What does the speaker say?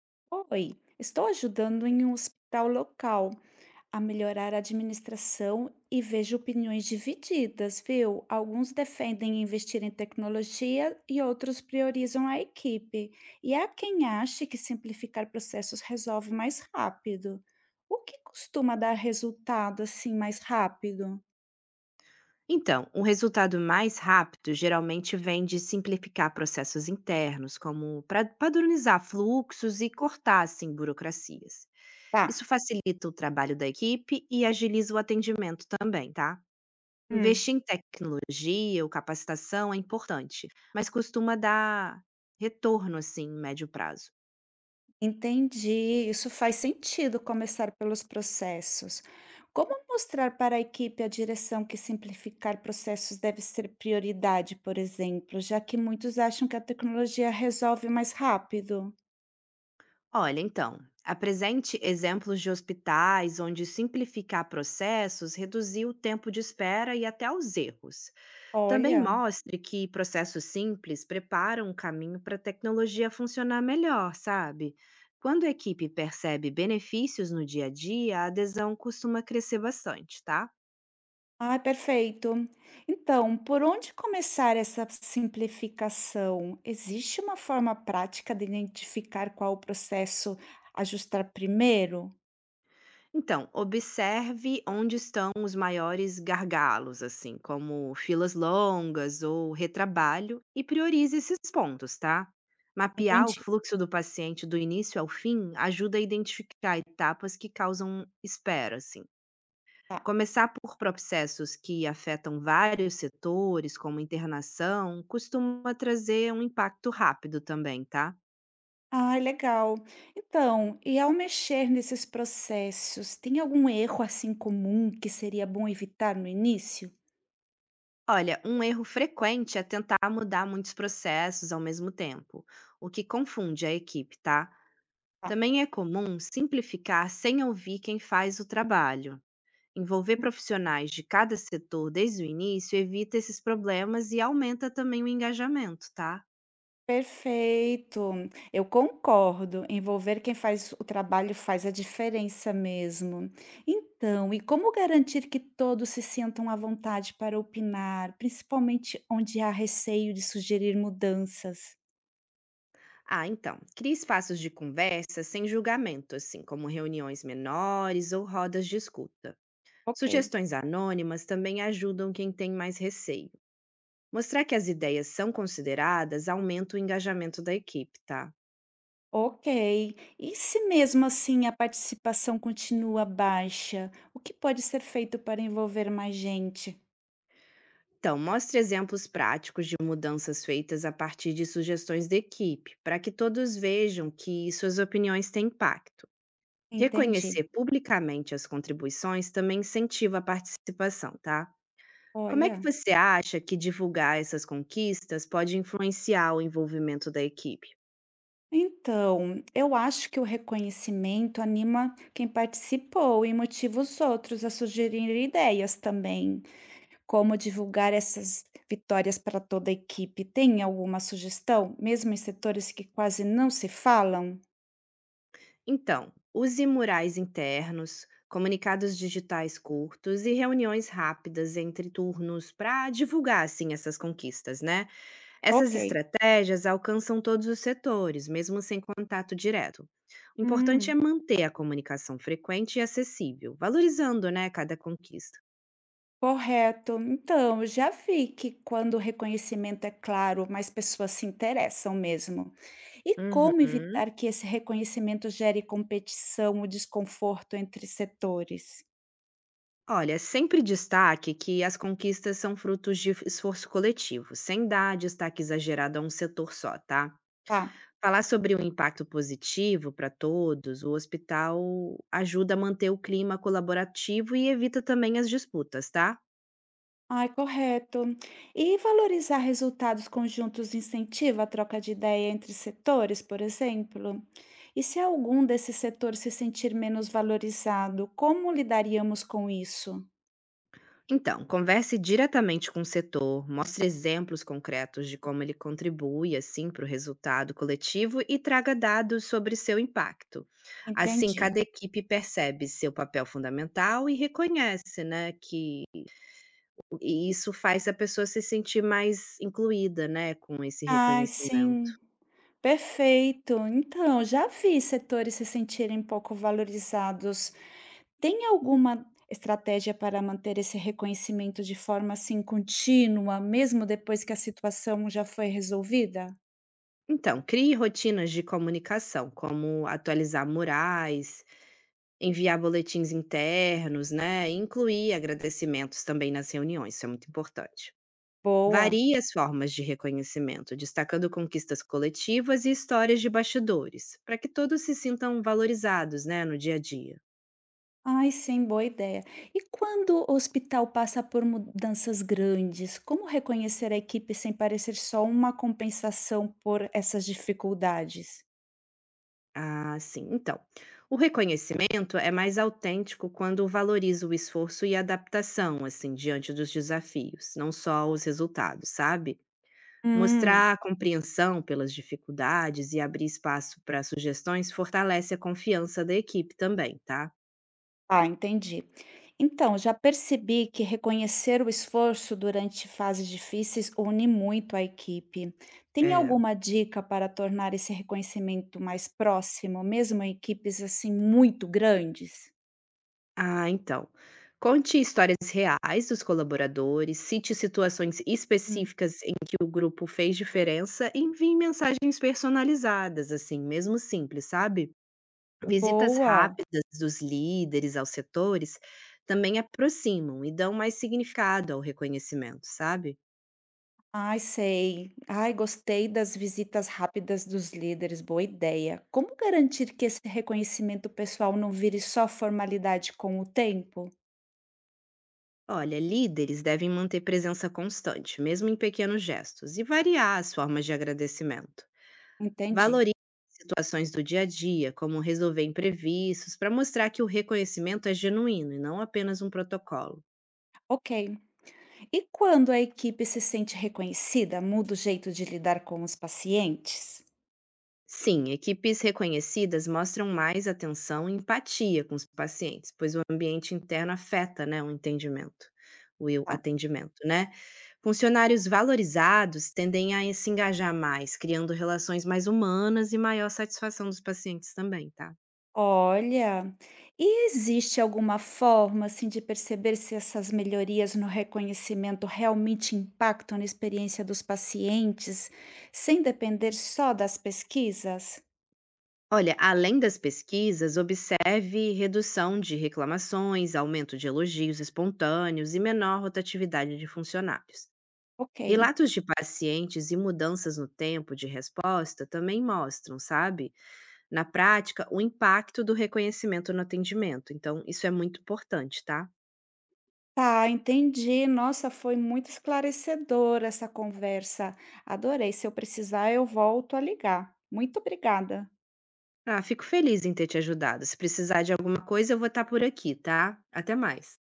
Oi, estou ajudando em um hospital local a melhorar a administração e vejo opiniões divididas, viu? Alguns defendem investir em tecnologia e outros priorizam a equipe. E há quem ache que simplificar processos resolve mais rápido. O que costuma dar resultado assim mais rápido? Então, um resultado mais rápido geralmente vem de simplificar processos internos, como padronizar fluxos e cortar, assim, burocracias. Tá. Isso facilita o trabalho da equipe e agiliza o atendimento também, tá? Hum. Investir em tecnologia ou capacitação é importante, mas costuma dar retorno, assim, em médio prazo. Entendi, isso faz sentido começar pelos processos. Como mostrar para a equipe a direção que simplificar processos deve ser prioridade, por exemplo, já que muitos acham que a tecnologia resolve mais rápido? Olha, então, apresente exemplos de hospitais onde simplificar processos reduziu o tempo de espera e até os erros. Também Olha, mostre que processos simples preparam o caminho para a tecnologia funcionar melhor, sabe? Quando a equipe percebe benefícios no dia a dia, a adesão costuma crescer bastante, tá? ah, perfeito. Então, por onde começar essa simplificação? Existe uma forma prática de identificar qual o processo ajustar primeiro? Então, observe onde estão os maiores gargalos, assim, como filas longas ou retrabalho, e priorize esses pontos, tá? Mapear o Entendi. fluxo do paciente do início ao fim ajuda a identificar etapas que causam espera, assim. Tá. Começar por processos que afetam vários setores, como internação, costuma trazer um impacto rápido também, tá? Ai, legal. Então, e ao mexer nesses processos, tem algum erro assim comum que seria bom evitar no início? Olha, um erro frequente é tentar mudar muitos processos ao mesmo tempo, o que confunde a equipe, tá? Tá. Também é comum simplificar sem ouvir quem faz o trabalho. Envolver profissionais de cada setor desde o início evita esses problemas e aumenta também o engajamento, tá? Perfeito, eu concordo. Envolver quem faz o trabalho faz a diferença mesmo. Então, e como garantir que todos se sintam à vontade para opinar, principalmente onde há receio de sugerir mudanças? Ah, então, crie espaços de conversa sem julgamento, assim como reuniões menores ou rodas de escuta. Ok. Sugestões anônimas também ajudam quem tem mais receio. Mostrar que as ideias são consideradas aumenta o engajamento da equipe, tá? Ok. E se mesmo assim a participação continua baixa, o que pode ser feito para envolver mais gente? Então, mostre exemplos práticos de mudanças feitas a partir de sugestões da equipe, para que todos vejam que suas opiniões têm impacto. Entendi. Reconhecer publicamente as contribuições também incentiva a participação, tá? Como é que Olha, você acha que divulgar essas conquistas pode influenciar o envolvimento da equipe? então, eu acho que o reconhecimento anima quem participou e motiva os outros a sugerir ideias também. Como divulgar essas vitórias para toda a equipe? Tem alguma sugestão, mesmo em setores que quase não se falam? Então, use murais internos, comunicados digitais curtos e reuniões rápidas entre turnos para divulgar assim essas conquistas, né? Essas Ok. estratégias alcançam todos os setores, mesmo sem contato direto. O importante Hum. é manter a comunicação frequente e acessível, valorizando, né, cada conquista. Correto. Então, já vi que quando o reconhecimento é claro, mais pessoas se interessam mesmo. E como Uhum. evitar que esse reconhecimento gere competição ou desconforto entre setores? Olha, sempre destaque que as conquistas são frutos de esforço coletivo, sem dar destaque exagerado a um setor só, tá? Tá. Falar sobre o impacto positivo para todos, o hospital ajuda a manter o clima colaborativo e evita também as disputas, tá? Ai, correto. E valorizar resultados conjuntos incentiva a troca de ideia entre setores, por exemplo? E se algum desses setores se sentir menos valorizado, como lidaríamos com isso? Então, converse diretamente com o setor, mostre exemplos concretos de como ele contribui assim para o resultado coletivo e traga dados sobre seu impacto. Assim, Entendi. cada equipe percebe seu papel fundamental e reconhece, né, que isso faz a pessoa se sentir mais incluída, né, com esse Ai, reconhecimento. sim. Perfeito. Então, já vi setores se sentirem pouco valorizados. Tem alguma estratégia para manter esse reconhecimento de forma assim contínua, mesmo depois que a situação já foi resolvida? Então, crie rotinas de comunicação, como atualizar murais, enviar boletins internos, né, incluir agradecimentos também nas reuniões, isso é muito importante. Boa. Varie as formas de reconhecimento, destacando conquistas coletivas e histórias de bastidores, para que todos se sintam valorizados, né, no dia a dia. Ai, sim, boa ideia. E quando o hospital passa por mudanças grandes, como reconhecer a equipe sem parecer só uma compensação por essas dificuldades? Ah, sim. Então, o reconhecimento é mais autêntico quando valoriza o esforço e a adaptação, assim, diante dos desafios, não só os resultados, sabe? Hum. Mostrar compreensão pelas dificuldades e abrir espaço para sugestões fortalece a confiança da equipe também, tá? Ah, entendi. Então, já percebi que reconhecer o esforço durante fases difíceis une muito a equipe. Tem É. alguma dica para tornar esse reconhecimento mais próximo, mesmo em equipes assim muito grandes? Ah, então. Conte histórias reais dos colaboradores, cite situações Hum. específicas em que o grupo fez diferença e envie mensagens personalizadas, assim, mesmo simples, sabe? Visitas Boa! rápidas dos líderes aos setores também aproximam e dão mais significado ao reconhecimento, sabe? Ai, sei. Ai, gostei das visitas rápidas dos líderes, boa ideia. Como garantir que esse reconhecimento pessoal não vire só formalidade com o tempo? Olha, líderes devem manter presença constante, mesmo em pequenos gestos, e variar as formas de agradecimento. Entendi. Valorize situações do dia a dia, como resolver imprevistos, para mostrar que o reconhecimento é genuíno e não apenas um protocolo. Ok. E quando a equipe se sente reconhecida, muda o jeito de lidar com os pacientes? Sim, equipes reconhecidas mostram mais atenção e empatia com os pacientes, pois o ambiente interno afeta, né, o entendimento, o Tá. atendimento, né? Funcionários valorizados tendem a se engajar mais, criando relações mais humanas e maior satisfação dos pacientes também, tá? Olha, e existe alguma forma assim de perceber se essas melhorias no reconhecimento realmente impactam na experiência dos pacientes, sem depender só das pesquisas? Olha, além das pesquisas, observe redução de reclamações, aumento de elogios espontâneos e menor rotatividade de funcionários. Ok. Relatos de pacientes e mudanças no tempo de resposta também mostram, sabe, na prática, o impacto do reconhecimento no atendimento. Então, isso é muito importante, tá? Tá, entendi. Nossa, foi muito esclarecedora essa conversa. Adorei. Se eu precisar, eu volto a ligar. Muito obrigada. Ah, fico feliz em ter te ajudado. Se precisar de alguma coisa, eu vou estar por aqui, tá? Até mais.